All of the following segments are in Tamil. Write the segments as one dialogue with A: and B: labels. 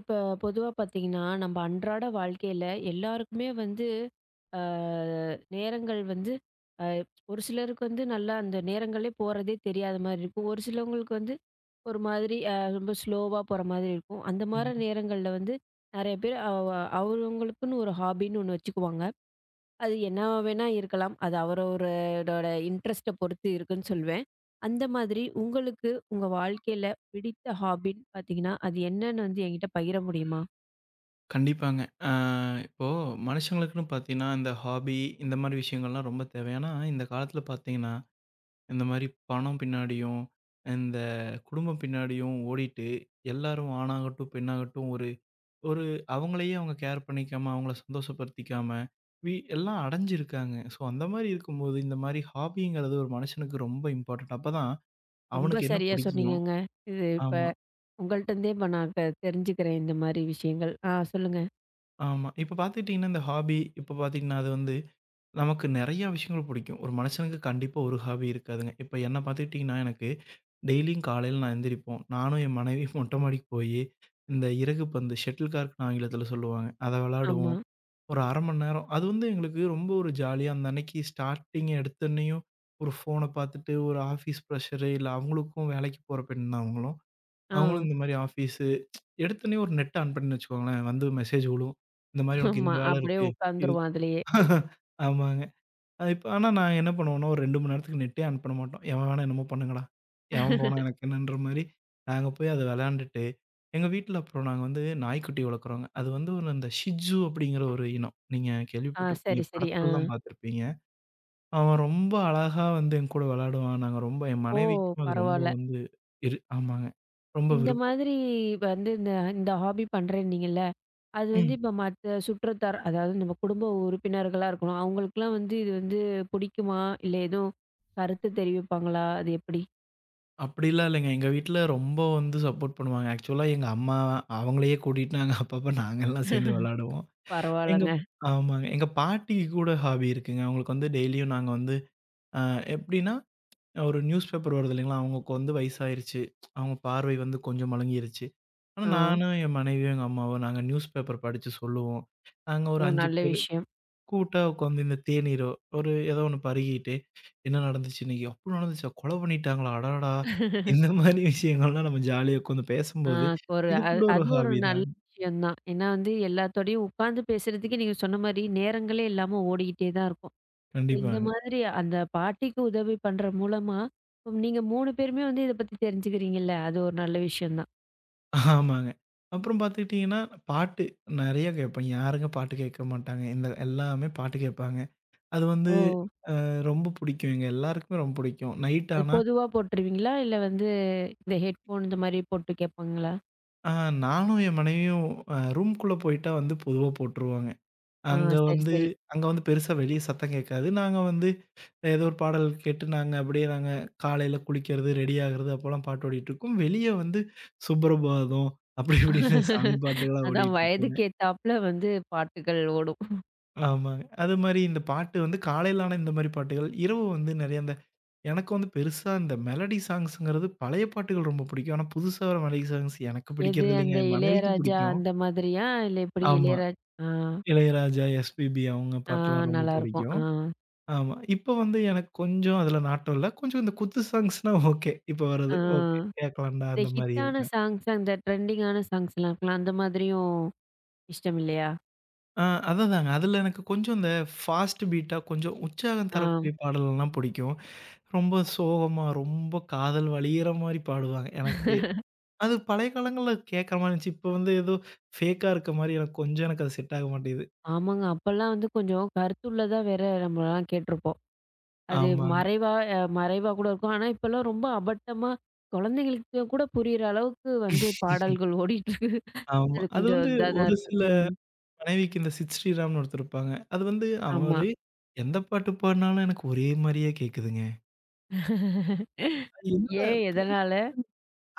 A: இப்ப பொதுவா பாத்தீங்கன்னா, நம்ம அன்றாட வாழ்க்கையில எல்லாருக்குமே வந்து அ நேரங்கள் வந்து அ ஒரு சிலருக்கு வந்து நல்லா அந்த நேரங்களே போறதே தெரியாத மாரி இருக்கும். ஒரு சிலவங்களுக்கு வந்து ஒரு மாதிரி ரொம்ப ஸ்லோவா போற மாதிரி இருக்கும். அந்த
B: ம்.
A: மாரி நேரங்கள்ல வந்து நெறைய பேர் அவங்களுக்குன்னு ஒரு ஹாபின்னு ஒண்ணு வச்சுக்குவாங்க. அது என்ன வேணா இருக்கலாம். அது அவரவரோட இன்ட்ரெஸ்ட்ட பொறுத்து இருக்குன்னு சொல்வேன். அந்த மாதிரி உங்களுக்கு உங்க வாழ்க்கையில பிடித்த ஹாபின்னு பார்த்தீங்கன்னா, அது என்னன்னு வந்து என்கிட்ட பகிர முடியுமா?
B: கண்டிப்பாங்க. அ இப்போ மனுஷங்களுக்குன்னு பார்த்தீங்கன்னா, இந்த ஹாபி இந்த மாரி விஷயங்கள்லாம் ரொம்ப தேவை. ஏன்னா, இந்த காலத்தில பார்த்தீங்கன்னா, இந்த மாரி பணம் பின்னாடியும், இந்த குடும்பம் பின்னாடியும் ஓடிட்டு, எல்லாரும் ஆணாகட்டும், பெண்ணாகட்டும் ஒரு ஒரு அவங்களையே அவங்க கேர் பண்ணிக்காம, அவங்கள சந்தோஷப்படுத்திக்காம, எல்லாம் அடைஞ்சிருக்காங்க. ஸோ, அந்த மாரி இருக்கும்போது, இந்த மாரி ஹாபிங்கிறது ஒரு மனுஷனுக்கு ரொம்ப இம்பார்ட்டன்ட். அப்பதான்
A: ரொம்ப
B: அவனுக்கு என்ன
A: சரியா
B: பிடிக்கும்.
A: சொன்னீங்கங்க. இது இப்ப
B: ஆமா,
A: உங்கள்ட்ட இருந்தே இப்ப நான் தெரிஞ்சுக்கிறேன் இந்த மாரி விஷயங்கள். ஆ, சொல்லுங்க.
B: ஆமா. இப்ப பார்த்துக்கிட்டீங்கன்னா, இந்த ஹாபி இப்ப பார்த்தீங்கன்னா, அது வந்து நமக்கு நெறைய விஷயங்கள் பிடிக்கும். ஒரு மனுஷனுக்கு கண்டிப்பா ஒரு ஹாபி இருக்காதுங்க. இப்ப என்ன பார்த்துக்கிட்டிங்கன்னா, எனக்கு டெய்லியும் காலையில நான் எந்திரிப்போம். நானும் என் மனைவியும் மொட்டை மாடிக்கு போயி, இந்த இறகு பந்து ஷட்டில் கார்க்ன்னு ஆங்கிலத்தில சொல்லுவாங்க. அத
A: ஆமா.
B: விளையாடுவோம். ஒரு 1/2 மணி நேரம். அது வந்து எங்களுக்கு ரொம்ப ஒரு ஜாலியா அந்த அன்னைக்கு ஸ்டார்ட்டிங் எடுத்தோனேயும் ஒரு ஃபோன பார்த்துட்டு, ஒரு ஆஃபீஸ் ப்ரெஷரு இல்ல அவங்களுக்கும் வேலைக்கு போற பெண் தான் அவங்களும்.
A: ஆ,
B: அவங்களும் இந்த மாரி ஆஃபீஸு எடுத்தோனே ஒரு நெட்ட ஆன் பண்ணி வச்சுக்கோங்களேன். வந்து மெசேஜ் விழும். இந்த மாரி உனக்கு
A: ஆமா.
B: இந்த வேலை
A: அப்படியே
B: இருக்கு. இது
A: உட்காந்துருவான் அதுலயே.
B: ஆமாங்க. இப்ப ஆனா நான் என்ன பண்ணுவோம்னா, ஒரு 2 மணி நேரத்துக்கு நெட்டே ஆன் பண்ண மாட்டோம். எவன் வேணா என்னமோ பண்ணுங்கடா. எவன் போனா எனக்கு என்னன்ற மாரி, நாங்க போய் அத விளையாண்டுட்டு, எங்க வீட்ல அப்புறம் நாங்க வந்து நாய்க்குட்டி வளர்க்குறோங்க. அது வந்து ஒரு இந்த ஷிட்ஜூ அப்படிங்கிற ஒரு இனம். நீங்க
A: ஆ,
B: கேள்விப்பட்டிருப்பீங்க.
A: சரி, சரி. ஆ.
B: படத்துலலாம் பார்த்துருப்பீங்க. அவன் ரொம்ப அழகா வந்து என் கூட விளையாடுவான். நாங்க ரொம்ப என்
A: ஓ!
B: மனைவிக்கும் அது ரொம்ப
A: பரவால்ல.
B: வந்து ஆமாங்க. ரொம்ப
A: இந்த
B: விருப்பம்.
A: மாதிரி வந்து இந்த இந்த ஹாபி பண்றேன்னீங்கல்ல? அது வந்து
B: ம்.
A: இப்ப மத்த சுற்றத்தார், அதாவது நம்ம குடும்ப உறுப்பினர்களா இருக்கணும். அவங்களுக்கெல்லாம் வந்து இது வந்து பிடிக்குமா? இல்ல எதுவும் கருத்து தெரிவிப்பாங்களா? அது எப்படி?
B: அப்படிலாம் இல்லைங்க. எங்க வீட்ல ரொம்ப வந்து சப்போர்ட் பண்ணுவாங்க. ஆக்சுவலா எங்க அம்மா அவங்களையே கூட்டிட்டு நாங்க அப்பப்ப நாங்கலாம் சேர்ந்து விளையாடுவோம். எங்க
A: பரவால்லங்க.
B: ஆமாங்க. எங்க பாட்டிக்கு கூட ஹாபி இருக்குங்க. அவங்களுக்கு வந்து டெய்லியும் நாங்க வந்து அ எப்படின்னா, ஒரு நியூஸ் பேப்பர் வருது இல்லைங்களா? அவங்களுக்கு வந்து வயசாயிருச்சு. அவங்க பார்வை வந்து கொஞ்சம் மழுங்கிருச்சு. ஆனா
A: ஆ.
B: நானும், என் மனைவியும், எங்க அம்மாவும் நாங்க நியூஸ் பேப்பர் படிச்சு சொல்லுவோம். நாங்க ஒரு
A: ஓ!
B: 5
A: நல்ல
B: பேரு
A: விஷயம்.
B: கூட்டா உட்காந்து இந்த தேநீரோ, ஒரு ஏதோ ஒண்ணு பருகிட்டு, "என்ன நடந்துச்சு இன்னைக்கு? அப்படி நடந்துச்சா? கொலை பண்ணிட்டாங்களா? அடடா!" இந்த மாரி விஷயங்கள்லாம் நம்ம ஜாலியா உட்காந்து
A: ஆ,
B: பேசும்போது,
A: ஒரு
B: இது
A: அது
B: கூட ஒரு
A: அது ஒரு
B: ஹாபி
A: நல்ல
B: தான்.
A: விஷயம் தான். ஏன்னா வந்து எல்லாத்தோடையும் உட்கார்ந்து பேசுறதுக்கே நீங்க சொன்ன மாரி நேரங்களே இல்லாம ஓடிக்கிட்டே தான் இருக்கும். இப்ப
B: கண்டிப்பா.
A: இந்த மாதிரி அந்த பாட்டிக்கு உதவி பண்ற மூலமா, இப்ப நீங்க 3 பேருமே வந்து இத பத்தி தெரிஞ்சுக்கிறீங்கல்ல. அது ஒரு நல்ல விஷயம் தான்.
B: ஆமாங்க. அப்புறம் பார்த்துக்கிட்டீங்கன்னா, பாட்டு நெறைய கேட்பேன். யாருங்க பாட்டு கேட்க மாட்டாங்க? இந்த எல்லாமே பாட்டு கேட்பாங்க. அது வந்து
A: ஓ!
B: ரொம்ப புடிக்கும். எங்க எல்லாருக்குமே ரொம்ப புடிக்கும். நைட்
A: அது
B: ஆனா,
A: பொதுவா போட்டுருவீங்களா? இல்ல வந்து இந்த ஹெட்ஃபோன் இந்த மாரி போட்டு கேட்பாங்களா?
B: அ நானும் என் மனைவியும் ரூம்குள்ள போயிட்டா வந்து பொதுவா போட்டுருவாங்க.
A: ஆ,
B: அங்க
A: சரி,
B: வந்து
A: சரி.
B: அங்க வந்து பெருசா வெளிய சத்தம் கேட்காது. நாங்க வந்து ஏதோ ஒரு பாடல் கேட்டு நாங்க அப்படியே நாங்க காலையில குளிக்கிறது, ரெடி ஆகுறது அப்போலாம் பாட்டு ஓடிட்டுருக்கும். வெளிய வந்து சுப்ரபாதம் அப்படி இப்படின்னு சாமி பாட்டுகள்லாம்
A: அதான்
B: ஓடிட்டுருக்குங்க.
A: வயதுக்கு ஏத்தாப்புல வந்து பாட்டுகள் ஓடும்.
B: ஆமாங்க. அதுமாரி இந்த பாட்டு வந்து காலையில ஆனா இந்த மாரி பாட்டுகள், இரவு வந்து நெறைய இந்த எனக்கு வந்து பெருசா இந்த மெலடி சாங்ஸ்ங்கிறது பழைய பாட்டுகள் ரொம்ப பிடிக்கும். ஆனா புதுசா வர மெலடி சாங்ஸ் எனக்கு
A: எது
B: பிடிக்கிறது இல்லைங்க.
A: அந்த
B: என் மனைவிக்கு
A: இளையராஜா
B: பிடிக்கும்.
A: அந்த மாதிரியா? இல்ல எப்படி
B: ஆமா.
A: இளையராஜ் ஆ,
B: இளையராஜா, எஸ்பிபி அவங்க
A: ஆ,
B: பாட்டெல்லாம் ரொம்ப
A: நல்லாயிருக்கும். ஆ,
B: பிடிக்கும். ஆமா. இப்போ வந்து எனக்கு கொஞ்சம் அதில நாட்டம் இல்ல. கொஞ்சம் இந்த குத்து சாங்ஸ்னா ஓகே. இப்போ
A: ஆ.
B: வர்றது ஓகே. கேட்கலாம்டா
A: இந்த
B: அந்த மாரி
A: ஹிட்டான
B: இருப்பேன்.
A: சாங்ஸ் அந்த ட்ரெண்டிங்கான சாங்ஸ்லாம் இருக்கும்ல, அந்த மாதிரியும் இஷ்டம் இல்லையா?
B: ஆ அததாங்க. அதில எனக்கு கொஞ்சம் இந்த ஃபாஸ்ட் பீட்டா கொஞ்சம் உற்சாகம்
A: ஆ,
B: தரக்கூடிய பாடல்லாம் பிடிக்கும். ரொம்ப சோகமா, ரொம்ப காதல் வலியிற மாரி பாடுவாங்க. எனக்கு அது பழைய காலங்கள்ல கேட்கற மாரி இருந்துச்சு. இப்ப வந்து ஏதோ ஃபேக்கா இருக்க மாரி எனக்கு கொஞ்சம் எனக்கு அது செட் ஆக மாட்டேங்குது.
A: ஆமாங்க. அப்பலாம் வந்து கொஞ்சம் கருத்துள்ளதா வேற நம்மலாம் கேட்டுருப்போம். அது
B: ஆமாங்க.
A: மறைவா மறைவா கூட இருக்கும். ஆனா, இப்பலாம் ரொம்ப அபட்டமா குழந்தைங்களுக்கு கூட புரியிற அளவுக்கு வந்து பாடல்கள் ஓடிட்டு இருக்கு.
B: ஆமா.
A: அது
B: அது
A: கொஞ்சம்
B: வந்து
A: இதா தான்
B: ஒரு
A: இருக்கு.
B: சில
A: ம்.
B: மனைவிக்கு இந்த சித் ஸ்ரீராம்னு ஒருத்தர் இருப்பாங்க. அது வந்து
A: ஆமா.
B: அவரு எந்த பாட்டு பாடுனாலும் எனக்கு ஒரே மாரியே கேட்குதுங்க. என்னடா
A: ஏன்?
B: பு-
A: எதனால?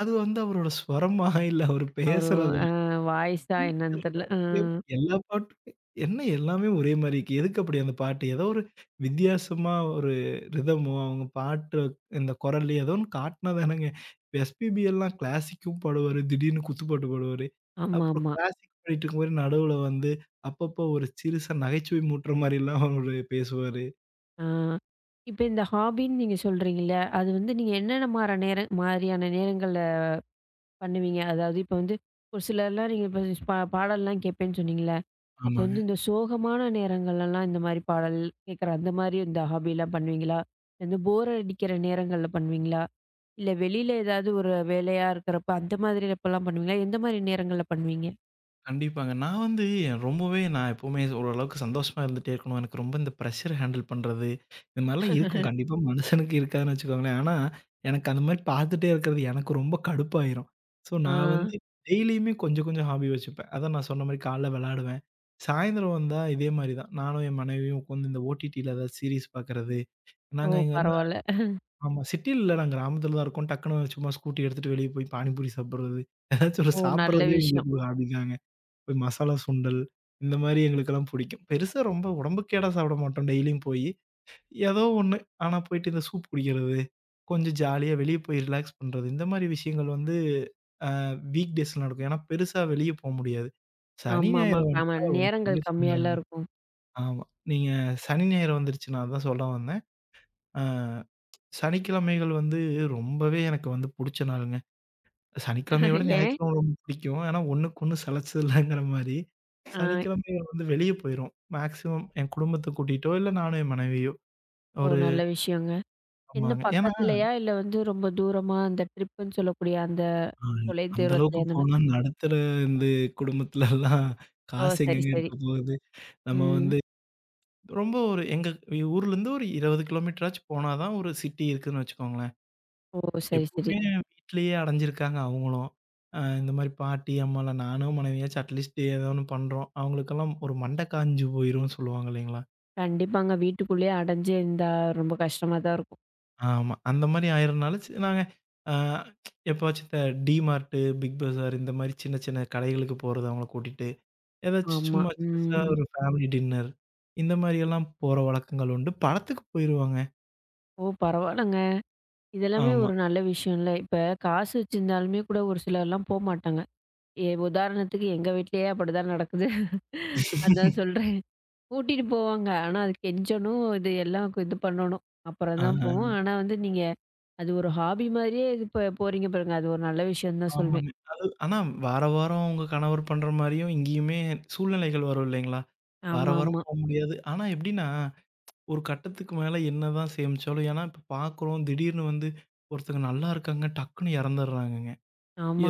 B: அது வந்து அவரோட ஸ்வரமா? இல்ல அவரு
A: அவரு
B: பேசுறதா?
A: அ வாய்ஸா
B: ம்.
A: என்னன்னு
B: தெர்ல.
A: தெர்ல. அ.
B: எப் எல்லா பாட்டுமே என்ன எல்லாமே ஒரே மாரி இருக்கு. எதுக்கு அப்படி அந்த பாட்டு? ஏதோ ஒரு வித்தியாசமா ஒரு ரிதமோ, அவங்க பாட்டு இந்த குரல்லயோ ஏதோ ஒண்ணு காட்டுனா தானங்க. இப்ப எஸ்பிபி எல்லாம் கிளாசிக்கும் பாடுவாரு. திடீர்னு குத்துப்பாட்டு பாடுவாரு. அப்புறம்
A: ஆமாமா.
B: கிளாசிக் பாடிட்டு இருக்கும்போது நடுவுல வந்து அப்பப்போ ஒரு சிறுசா நகைச்சுவை மூட்டுற மாரிலாம் அவரு பேசுவாரு.
A: ஆ. இப்ப இந்த ஹாபின்னு நீங்க சொல்றீங்கல்ல, அது வந்து நீங்க என்னென்ன மாற நேர மாதிரியான நேரங்கள்ல பண்ணுவீங்க? அதாவது இப்ப வந்து ஒரு சிலர்லாம் நீங்க இப்ப பாடல்லாம் கேட்பேன்னு சொன்னீங்கல்ல. அப்ப
B: ஆமாங்க.
A: வந்து இந்த சோகமான நேரங்கள்லலாம் இந்த மாரி பாடல் கேட்குற அந்த மாரி இந்த ஹாபிலாம் பண்ணுவீங்களா? இந்த போர் அடிக்கிற நேரங்கள்ல பண்ணுவீங்களா? இல்ல வெளியில ஏதாவது ஒரு வேலையா இருக்கிறப்ப அந்த மாதிரி அப்பலாம் பண்ணுவீங்களா? எந்த மாரி நேரங்கள்ல பண்ணுவீங்க?
B: கண்டிப்பாங்க. நான் வந்து என் ரொம்பவே நான் எப்பவுமே ஓரளவுக்கு சந்தோஷமா இருந்துட்டே இருக்கணும். எனக்கு ரொம்ப இந்த பிரஷர் ஹேண்டில் பண்றது, இந்த மாரிலாம் இருக்கும். கண்டிப்பா மனுஷனுக்கு இருக்காதுன்னு வச்சுக்கோங்களேன். ஆனா, எனக்கு அந்த மாரி பார்த்துட்டே இருக்கிறது எனக்கு ரொம்ப கடுப்பாயிரும். ஸோ
A: ஆ.
B: நான் வந்து டெய்லியுமே கொஞ்சம் கொஞ்சம் ஹாபி வச்சுப்பேன். அதான் நான் சொன்ன மாரி காலைல வெளாடுவேன். சாயந்தரம் வந்தா இதே மாரி தான். நானும் என் மனைவியும் உட்காந்து இந்த ஓடிடில ஏதாவது சீரிஸ் பார்க்கறது.
A: ஓ!
B: நாங்க இங்க வந்து
A: பரவால்ல.
B: ஆமா சிட்டில இல்ல நான் கிராமத்துல தான் இருக்கோம். டக்குனு சும்மா ஸ்கூட்டி எடுத்துட்டு வெளிய போய் பானிபூரி சாப்பிடுறது. ஏதாச்சும் ஒரு
A: ஓ! நல்ல
B: சாப்பிடுறதே
A: விஷயம்.
B: எங்களுக்கு ஒரு ஹாபி தாங்க. போய் மசாலா சுண்டல், இந்த மாரி எங்களுக்கெல்லாம் பிடிக்கும். பெருசா ரொம்ப உடம்புக்கேடா சாப்பிட மாட்டோம் டெய்லியும் போயி. ஏதோ ஒண்ணு. ஆனா போயிட்டு இந்த சூப் குடிக்கிறது, கொஞ்சம் ஜாலியா வெளிய போய் ரிலாக்ஸ் பண்றது, இந்த மாரி விஷயங்கள் வந்து அ வீக் டேஸ்ல நடக்கும். ஏன்னா பெருசா வெளிய போ முடியாது. சனி,
A: ஆமாமா.
B: ஞாயிறு
A: ஆமா. ஆமா,
B: வந்துட்டா உனக்கு பெரிய
A: நேரங்கள்
B: ஃபன் தாங்க.
A: கம்மியாலாம் இருக்கும்.
B: ஆமா. நீங்க சனி, ஞாயிறு வந்துருச்சு நான் அதான் சொல்ல வந்தேன். அ சனிக்கிழமைகள் வந்து ரொம்பவே எனக்கு வந்து புடிச்ச நாளுங்க. சனிக்கிழமைய விட
A: ஏன்?
B: ஞாயிற்றுக்கிழமை ரொம்ப பிடிக்கும். ஆனா, ஒண்ணுக்கு ஒண்ணு சலச்சதில்லங்கிற மாரி,
A: ஆ.
B: சனிக்கிழமைகள் வந்து வெளிய போயிருவோம். மேக்ஸிமம் என் குடும்பத்த கூட்டிட்டோ, இல்ல நானும் என் மனைவியோ
A: ஓ!
B: ஒரு
A: நல்ல விஷயங்க. என்ன
B: ஆமாங்க. ஏன்னா,
A: பக்கத்துலயா? இல்ல வந்து ரொம்ப தூரமா அந்த ட்ரிப்புன்னு சொல்லக்கூடிய அந்த
B: அ
A: தொலை
B: அந்த அளவுக்கு
A: தூரத்துலயா? அந்த
B: போனா நடுத்தர வந்து குடும்பத்துலலாம்
A: ஓ!
B: காசு
A: சரி,
B: எங்கங்க
A: சரி.
B: இருக்க போகுது. நம்ம
A: ம்.
B: வந்து ரொம்ப ஒரு எங்க ஊர்லேருந்து ஒரு 20 கிலோமீட்டராச்சும் போனா தான் ஒரு சிட்டி இருக்குன்னு வச்சுக்கோங்களேன்.
A: ஓ! சரி, சரி.
B: எப்பவுமே வீட்லயே அடைஞ்சிருக்காங்க அவங்களும். இந்த மாரி பாட்டி, அம்மாலாம் நானோ, மனைவியாச்சும் அட்லீஸ்ட் ஏதோ ஒண்ணு பண்றோம். அவங்களுக்கெல்லாம் ஒரு மண்டை காஞ்சு போயிரும்னு சொல்லுவாங்க இல்லைங்களா?
A: கண்டிப்பாங்க. வீட்டுக்குள்ளேயே அடைஞ்சு இருந்தா ரொம்ப கஷ்டமா தான் இருக்கும்.
B: ஆமா. அந்த மாரி ஆயிறனால சரி நாங்க அ எப்பவாச்சும் இந்த டிமார்ட்டு, பிக் பஸார் இந்த மாரி சின்ன சின்ன கடைகளுக்கு போறது அவங்கள கூட்டிட்டு, ஏதாச்சும்
A: ஆமா.
B: சும்மா சிறுசா
A: ம்.
B: ஒரு ஃபேமிலி டின்னர் இந்த மாரியெல்லாம் போற வழக்கங்கள் உண்டு. படத்துக்கு போயிருவோங்க.
A: ஓ! பரவால்லங்க. இதெல்லாமே
B: ஆமா.
A: ஒரு நல்ல விஷயம்ல. இப்ப காசு வச்சிருந்தாலுமே கூட ஒரு சிலர்லாம் போமாட்டாங்க. உதாரணத்துக்கு எங்க வீட்லயே அப்படிதான் நடக்குது. அதான் சொல்றேன். கூட்டிட்டு போவாங்க. ஆனா அது கெஞ்சணும், இது எல்லாம் இது பண்ணணும். அப்புறம்
B: ஆ.
A: தான் போவோம். ஆனா வந்து நீங்க அது ஒரு ஹாபி மாரியே இது போறீங்க பாருங்க. அது ஒரு நல்ல விஷயம் தான் சொல்வேன்.
B: ஆமாங்க. அது ஆனா வார வாரம் உங்க கணவர் பண்ற மாரியும் இங்கேயுமே சூழ்நிலைகள் வரும் இல்லைங்களா? வார வாரம்
A: ஆமாமா.
B: போ முடியாது. ஆனா எப்படின்னா, ஒரு கட்டத்துக்கு மேல என்னதான் சேமிச்சாலும் ஏன்னா இப்ப பார்க்குறோம் திடீர்னு வந்து ஒருத்தங்க நல்லா இருக்காங்க, டக்குன்னு இறந்துடுறாங்கங்க.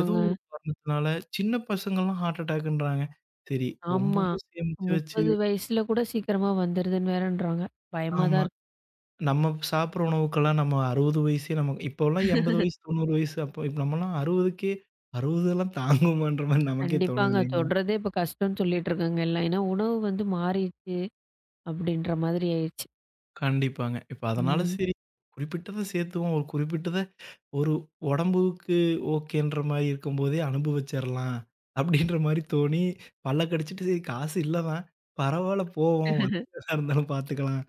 B: ஏதோ ஒரு காரணத்தினால சின்ன பசங்கலாம் ஹார்ட் அட்டாக்ன்றாங்க. சரி
A: ஆமா.
B: ரொம்பவும் சேமிச்சு வச்சு
A: 30 வயசுல கூட சீக்கிரமா வந்துருதுன்னு வேறன்றாங்க. பயமா
B: ஆமா.
A: தான் இருக்கு.
B: நம்ம சாப்பிடுற உணவுக்கெல்லாம் நம்ம 60 வயசே நமக்கு இப்போலாம் 80 வயசு, 90 வயசு அப்போ இப்ப நம்மலாம் 60க்கே 60லாம் தாங்குமான்ற மாரி நமக்கே தோணுது
A: கண்டிப்பாங்க.
B: இல்லைங்களா?
A: தொடுறதே இப்ப கஷ்டம்னு சொல்லிட்டு இருக்காங்க எல்லாம். ஏன்னா உணவு வந்து மாறிடுச்சு அப்படின்ற மாதிரி ஆயிடுச்சு.
B: கண்டிப்பாங்க. இப்ப அதனால
A: ம்.
B: சரி, குறிப்பிட்டத சேர்த்துவோம். ஒரு குறிப்பிட்டத ஒரு உடம்புக்கு ஓகேன்ற மாரி இருக்கும்போதே அனுபவிச்சர்லாம். அப்படின்ற மாரி தோணி பல்ல கடிச்சிட்டு சரி காசு இல்ல தான். பரவால்ல போவோம். வந்ததா இருந்தாலும் பார்த்துக்கலாம்.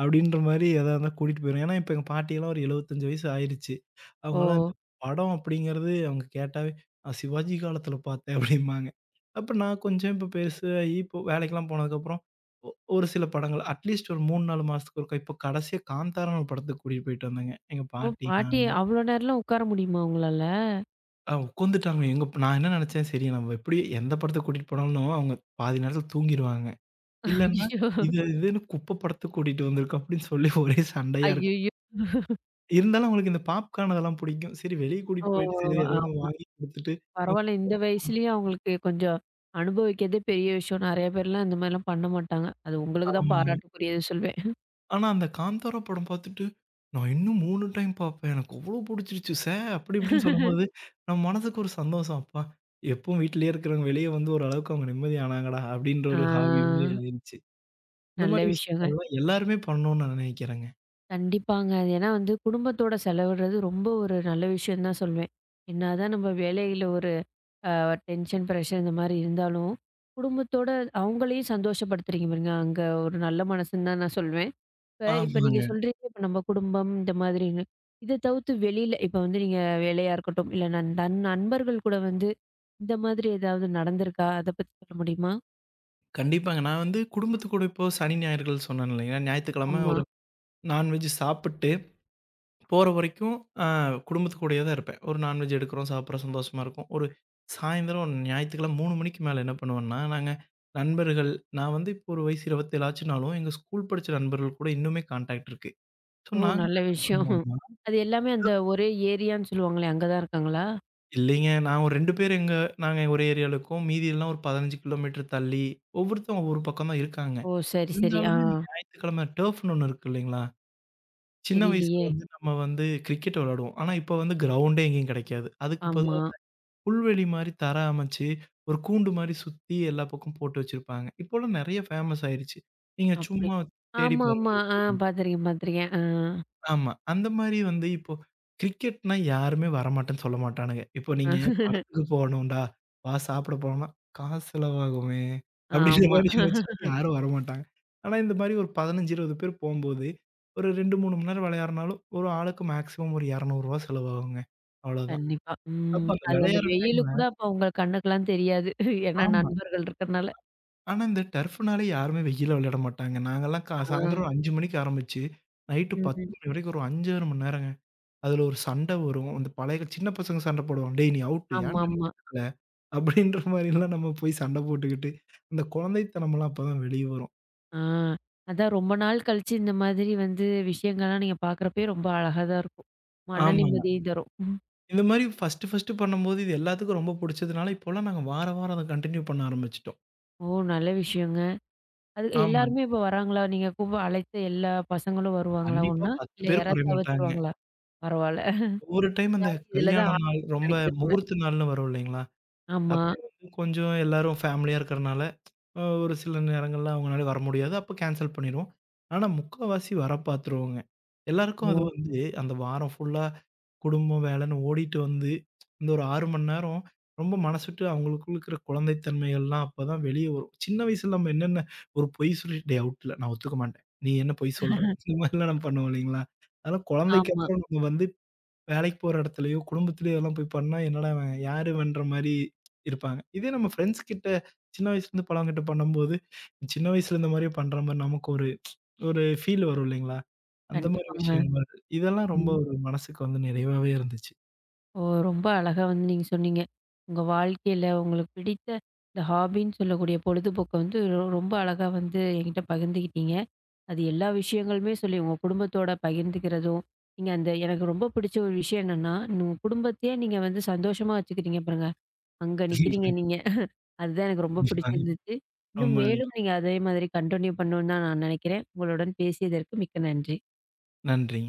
B: அப்படின்ற மாரி எதா இருந்தா கூட்டிட்டு போயிருவேன். ஏன்னா, இப்ப எங்க பாட்டிலாம் ஒரு 75 வயசு ஆயிருச்சு.
A: ஓ!
B: அவங்கலாம் இந்த படம் அப்படிங்கிறது அவங்க கேட்டாவே, "நான் சிவாஜி காலத்துல பார்த்தேன்" அப்படிம்பாங்க. அப்ப நான் கொஞ்சம் இப்ப பெருசாகி இப்போ வேலைக்கெல்லாம் போனதுக்கப்புறம், ஒ ஒரு சில படங்கள் அட்லீஸ்ட் ஒரு 3, 4 மாசத்துக்கு ஒருக்கா இப்போ கடைசியா காந்தாரான்னு ஒரு படத்துக்கு கூட்டிட்டு போயிட்டு வந்தேங்க. எங்க
A: ஓ!
B: பாட்டி,
A: பாட்டி
B: நானு.
A: அவ்வளோ நேரம்லாம் உட்கார முடியுமா உங்களால?
B: ஆ உட்காந்துட்டாங்க. எங்க நான் என்ன நெனச்சேன், சரி நம்ம எப்படி எந்த படத்துக்கு கூட்டிட்டு போனாலும் அவங்க பாதி நேரத்துல தூங்கிருவாங்க. இல்லன்னா,
A: ஐயய்யோ!
B: இது இதுன்னு குப்ப படத்துக்கு கூட்டிட்டு வந்திருக்கோம் அப்படின்னு சொல்லி ஒரே சண்டையா இருக்கும்.
A: ஐயய்யோ!
B: இருந்தாலும் அவங்களுக்கு இந்த பாப்கார்ன் அதெல்லாம் புடிக்கும். சரி வெளிய
A: ஓ!
B: கூட்டிட்டு போயிட்டு, சரி ஏதோ ஒண்ணு
A: ஆமா.
B: வாங்கி குடுத்துட்டு அம்
A: பரவாயில்ல இந்த வயசுலயும் அவங்களுக்கு கொஞ்சம் அனுபவிக்கிறதே பெரிய விஷயம். நெறைய பேர்லாம் இந்த மாதிரிலாம் பண்ண மாட்டாங்க. அது உங்களுக்கு தான்
B: ஆமாங்க.
A: பாராட்டுக்குரியது சொல்வேன்.
B: ஆனா அந்த காந்தாரா படம் பாத்துட்டு, நான் இன்னும் 3 டைம் பாப்பேன். எனக்கு அவ்ளோ புடிச்சிருச்சு. சே அப்படி இப்படின்னு சொல்லும்போது, நம்ம மனசுக்கு ஒரு சந்தோஷம். அப்பா! எப்பவும் வீட்லயே இருக்கிறவங்க வெளிய வந்து ஓரளவுக்கு அவங்க நிம்மதி ஆனாங்கடா, அப்படின்ற
A: ஆ,
B: ஒரு ஹாபி மாரி ஆயிருச்சு. இந்த
A: நல்ல
B: மாரி
A: விஷயங்க.
B: விஷயங்கள்லாம் எல்லாருமே பண்ணணும்னு நான் நினைக்கிறேங்க.
A: கண்டிப்பாங்க. அது ஏன்னா வந்து குடும்பத்தோட செலவிடுறது ரொம்ப ஒரு நல்ல விஷயம் தான் சொல்வேன். என்னதான் நம்ம வேலையில ஒரு டென்ஷன், பிரஷர் இந்த மாரி இருந்தாலும், குடும்பத்தோட அவங்களையும் சந்தோஷப்படுத்துறீங்க பாருங்க. அங்க ஒரு நல்ல மனசுன்னு தான் நான் சொல்வேன். இப்ப இப்ப
B: ஆமாங்க.
A: நீங்க சொல்றீங்க, இப்ப நம்ம குடும்பம் இந்த மாதிரின்னு. இத தவிர்த்து வெளியில இப்ப வந்து நீங்க வேலையா இருக்கட்டும், இல்ல நண் நண் நண்பர்கள் கூட வந்து இந்த மாதிரி ஏதாவது நடந்திருக்கா? அத பத்தி சொல்ல முடியுமா?
B: கண்டிப்பாங்க. நான் வந்து குடும்பத்து கூட இப்போ சனி, ஞாயிறுகள் சொன்னேன் இல்லைங்களா? ஞாயித்துக்கிழமை
A: ஆமா.
B: ஒரு நான்வெஜ் சாப்பிட்டு போற வரைக்கும் அ குடும்பத்து கூடயே தான் இருப்பேன். ஒரு நான்வெஜ் எடுக்கிறோம், சாப்பிடுறோம், சந்தோஷமா இருக்கும். ஒரு சாயந்தரம் ஞாயித்துக்கிழமை 3 மணிக்கு மேல என்ன பண்ணுவேன்னா, நாங்க நண்பர்கள் நான் வந்து இப்போ ஒரு வயசு 27 ஆச்சுனாலும், எங்க ஸ்கூல் படிச்ச நண்பர்கள் கூட இன்னுமே கான்டாக்ட் இருக்கு. So
A: oh! நல்ல
B: நாங்கலாம் என்ன
A: விஷயம்.
B: பண்ணுவோம்னா
A: அது எல்லாமே அந்த ஒரே ஏரியான்னு சொல்லுவாங்களே, அங்க தான் இருக்காங்களா?
B: இல்லைங்க. நான் ஒரு 2 பேர் எங்க நாங்க ஒரே ஏரியால இருக்கோம். மீதி எல்லாம் ஒரு 15 கிலோமீட்டர் தள்ளி, ஒவ்வொருத்தவங்க ஒவ்வொரு பக்கம் தான் இருக்காங்க.
A: ஓ! சரி, சரி. ஆ.
B: இருந்தாலுமே இந்த ஞாயித்துக்கிழமை டர்ஃப்ன்னு ஒண்ணு இருக்கு இல்லைங்களா? சின்ன வயசுல
A: தெரியலையே!
B: வந்து நம்ம வந்து கிரிக்கெட் விளையாடுவோம். ஆனா இப்ப வந்து கிரவுண்டே எங்கேயும் கிடைக்காது. அதுக்கு பொதுவா
A: ஆமா.
B: புல்வெளி மாரி தர அமைச்சு, ஒரு கூண்டு மாரி சுத்தி எல்லா பக்கமும் போட்டு வச்சிருப்பாங்க. இப்போலாம் நெறைய ஃபேமஸ் ஆயிருச்சு. நீங்க
A: அப்படி.
B: சும்மா தேடி
A: ஆமாமா.
B: பாருங்க.
A: ஆ, பார்த்துருக்கேன், பார்த்துருக்கேன். ஆ.
B: ஆமா. அந்த மாரி வந்து இப்போ கிரிக்கெட்னா யாருமே வரமாட்டேன்னு சொல்ல மாட்டானுங்க. இப்போ நீங்க படத்துக்கு போணும்டா, வா சாப்பிட போனோம்னா, "காசு செலவாகுமே" அப்படின்ற
A: ஆமா.
B: மாரி யோசிச்சுட்டு யாரும் வரமாட்டாங்க. ஆனா இந்த மாரி ஒரு 15, 20 பேர் போம்போது, ஒரு 2, 3 மணி நேரம் விளையாடுனாலும், ஒரு ஆளுக்கு மேக்ஸிமம் ஒரு ரூ. 200 செலவாகுங்க. அவ்வளோதான்.
A: கண்டிப்பா.
B: அப்ப
A: ம்.
B: அந்த
A: அது அந்த
B: விளையாடுற
A: வெயிலு
B: டைம்ல
A: கூட அப்ப உங்க கண்ணுக்கெல்லாம் தெரியாது. ஏன்னா
B: ஆமா.
A: நண்பர்கள் இருக்கறனால.
B: ஆனா, இந்த டர்ஃப்னாலே யாருமே வெயில்ல விளையாட மாட்டாங்க. நாங்கலாம்
A: ஆ.
B: சாயந்தரம் ஒரு 5 மணிக்கு ஆரம்பிச்சு, நைட்டு 10
A: ம்.
B: மணி வரைக்கும் ஒரு 5, 6 மணி நேரங்க. அதுல ஒரு சண்ட வரும். அந்த பழைய சின்ன பசங்க சண்ட போடுவாங்க. "டேய் நீ அவுட் ஏன்டா நீ
A: ஆமாமா.
B: விளையாடல?" அப்படின்ற மாரிலாம் நம்ம போய் சண்ட போட்டுக்கிட்டு, அந்த குழந்தைத்தனம்லாம் அப்பதான் வெளிய வரும்.
A: ஆ. அதான் ரொம்ப நாள் கழிச்சு இந்த மாதிரி வந்து விஷயங்கள்லாம் நீங்க பார்க்குறப்பயே ரொம்ப அழகா தான் இருக்கும். மன
B: ஆமாங்க.
A: நிம்மதி தரும். ம்.
B: இந்த மாரி ஃபர்ஸ்ட்டு ஃபர்ஸ்ட்டு பண்ணும்போது இது எல்லாத்துக்கும் ரொம்ப புடிச்சதுனால, இப்போலாம் நாங்க வார வாரம் அத கன்டின்யூ பண்ண ஆரம்பிச்சுட்டோம்.
A: ஓ! நல்ல விஷயங்க. அது
B: ஆமாங்க.
A: எல்லாருமே இப்ப வராங்களா? நீங்க கூப்ப அழைத்த எல்லா பசங்களும் வருவாங்களா
B: கண்டிப்பா
A: ஒண்ணா?
B: 10
A: இல்ல
B: பேர்
A: யாராவது
B: குறைய மாட்டாங்க.
A: தவிர்த்துருவாங்களா? பரவால்ல.
B: ஒவ்வொரு டைம் அந்த
A: அதாவது இதுல
B: கல்யாண
A: தான்
B: நாள்,
A: ஆனந்தம்
B: ரொம்ப
A: கிடைக்குது போல.
B: முகூர்த்த நாள்னு வரும் இல்லைங்களா?
A: ஆமா.
B: அப்படி வந்து கொஞ்சம் எல்லாரும் ஃபேமிலியா இருக்கிறனால, ஒரு சில நேரங்கள்ல அவங்கனால வர முடியாது. அப்ப கேன்சல் பண்ணிருவோம். ஆனா முக்காவாசி வர பார்த்துருவோங்க. எல்லாருக்கும் அது
A: ஓ!
B: வந்து அந்த வாரம் ஃபுல்லா குடும்பம், வேலைன்னு ஓடிட்டு வந்து, இந்த ஒரு 6 மணி நேரம் ரொம்ப மனசு விட்டு அவங்களுக்குள்ள இருக்கிற குழந்தைத்தன்மைகள்லாம் அப்பதான் வெளிய வரும். சின்ன வயசுல நம்ம என்னென்ன ஒரு பொய் சொல்லிட்டு, "டேய் அவுட்ல நான் ஒத்துக்க மாட்டேன். நீ என்ன பொய் சொல்ற?" இந்த மாரிலாம் நம்ம பண்ணுவோம் இல்லைங்களா? அதெல்லாம் குழந்தைக்கு
A: ஆமா.
B: அப்புறம் நம்ம வந்து வேலைக்கு போற இடத்துலயோ, குடும்பத்திலயோ இதெல்லாம் போய் பண்ணா, என்னடா இவன் யாரு இவன்ற மாரி இருப்பாங்க. இதே நம்ம ஃப்ரெண்ட்ஸ் கிட்ட சின்ன வயசுலேருந்து பழவங்கிட்ட பண்ணும்போது, சின்ன வயசுல இருந்த மாரியே பண்ற மாரி நமக்கு ஒரு ஒரு ஃபீல் வரும் இல்லைங்களா? அந்த மாரி
A: கண்டிப்பாங்க.
B: விஷயம் வருது. இதெல்லாம் ரொம்ப
A: ம்.
B: ஒரு மனசுக்கு வந்து நிறைவாவே இருந்துச்சு.
A: ஓ! ரொம்ப அழகா வந்து நீங்க சொன்னீங்க. உங்க வாழ்க்கையில உங்களுக்கு பிடித்த இந்த ஹாபின்னு சொல்லக்கூடிய பொழுதுபோக்க வந்து ரொம்ப அழகா வந்து என்கிட்ட பகிர்ந்துக்கிட்டீங்க. அது எல்லா விஷயங்களுமே சொல்லி உங்க குடும்பத்தோட பகிர்ந்துக்கிறதும், நீங்க அந்த எனக்கு ரொம்ப பிடிச்ச ஒரு விஷயம் என்னன்னா, உங்க குடும்பத்தையே நீங்க வந்து சந்தோஷமா வச்சுக்கிறீங்க பாருங்க. அங்க நிக்கிறீங்க நீங்க. அதுதான் எனக்கு ரொம்ப
B: கண்டிப்பாங்க.
A: பிடிச்சிருந்துச்சு. இன்னும்
B: ரொம்ப நன்றி.
A: மேலும் நீங்க அதே மாதிரி கன்டின்யூ பண்ணணும்னு தான் நான் நினைக்கிறேன். உங்களுடன் பேசியதற்கு மிக்க நன்றி.
B: நன்றிங்க.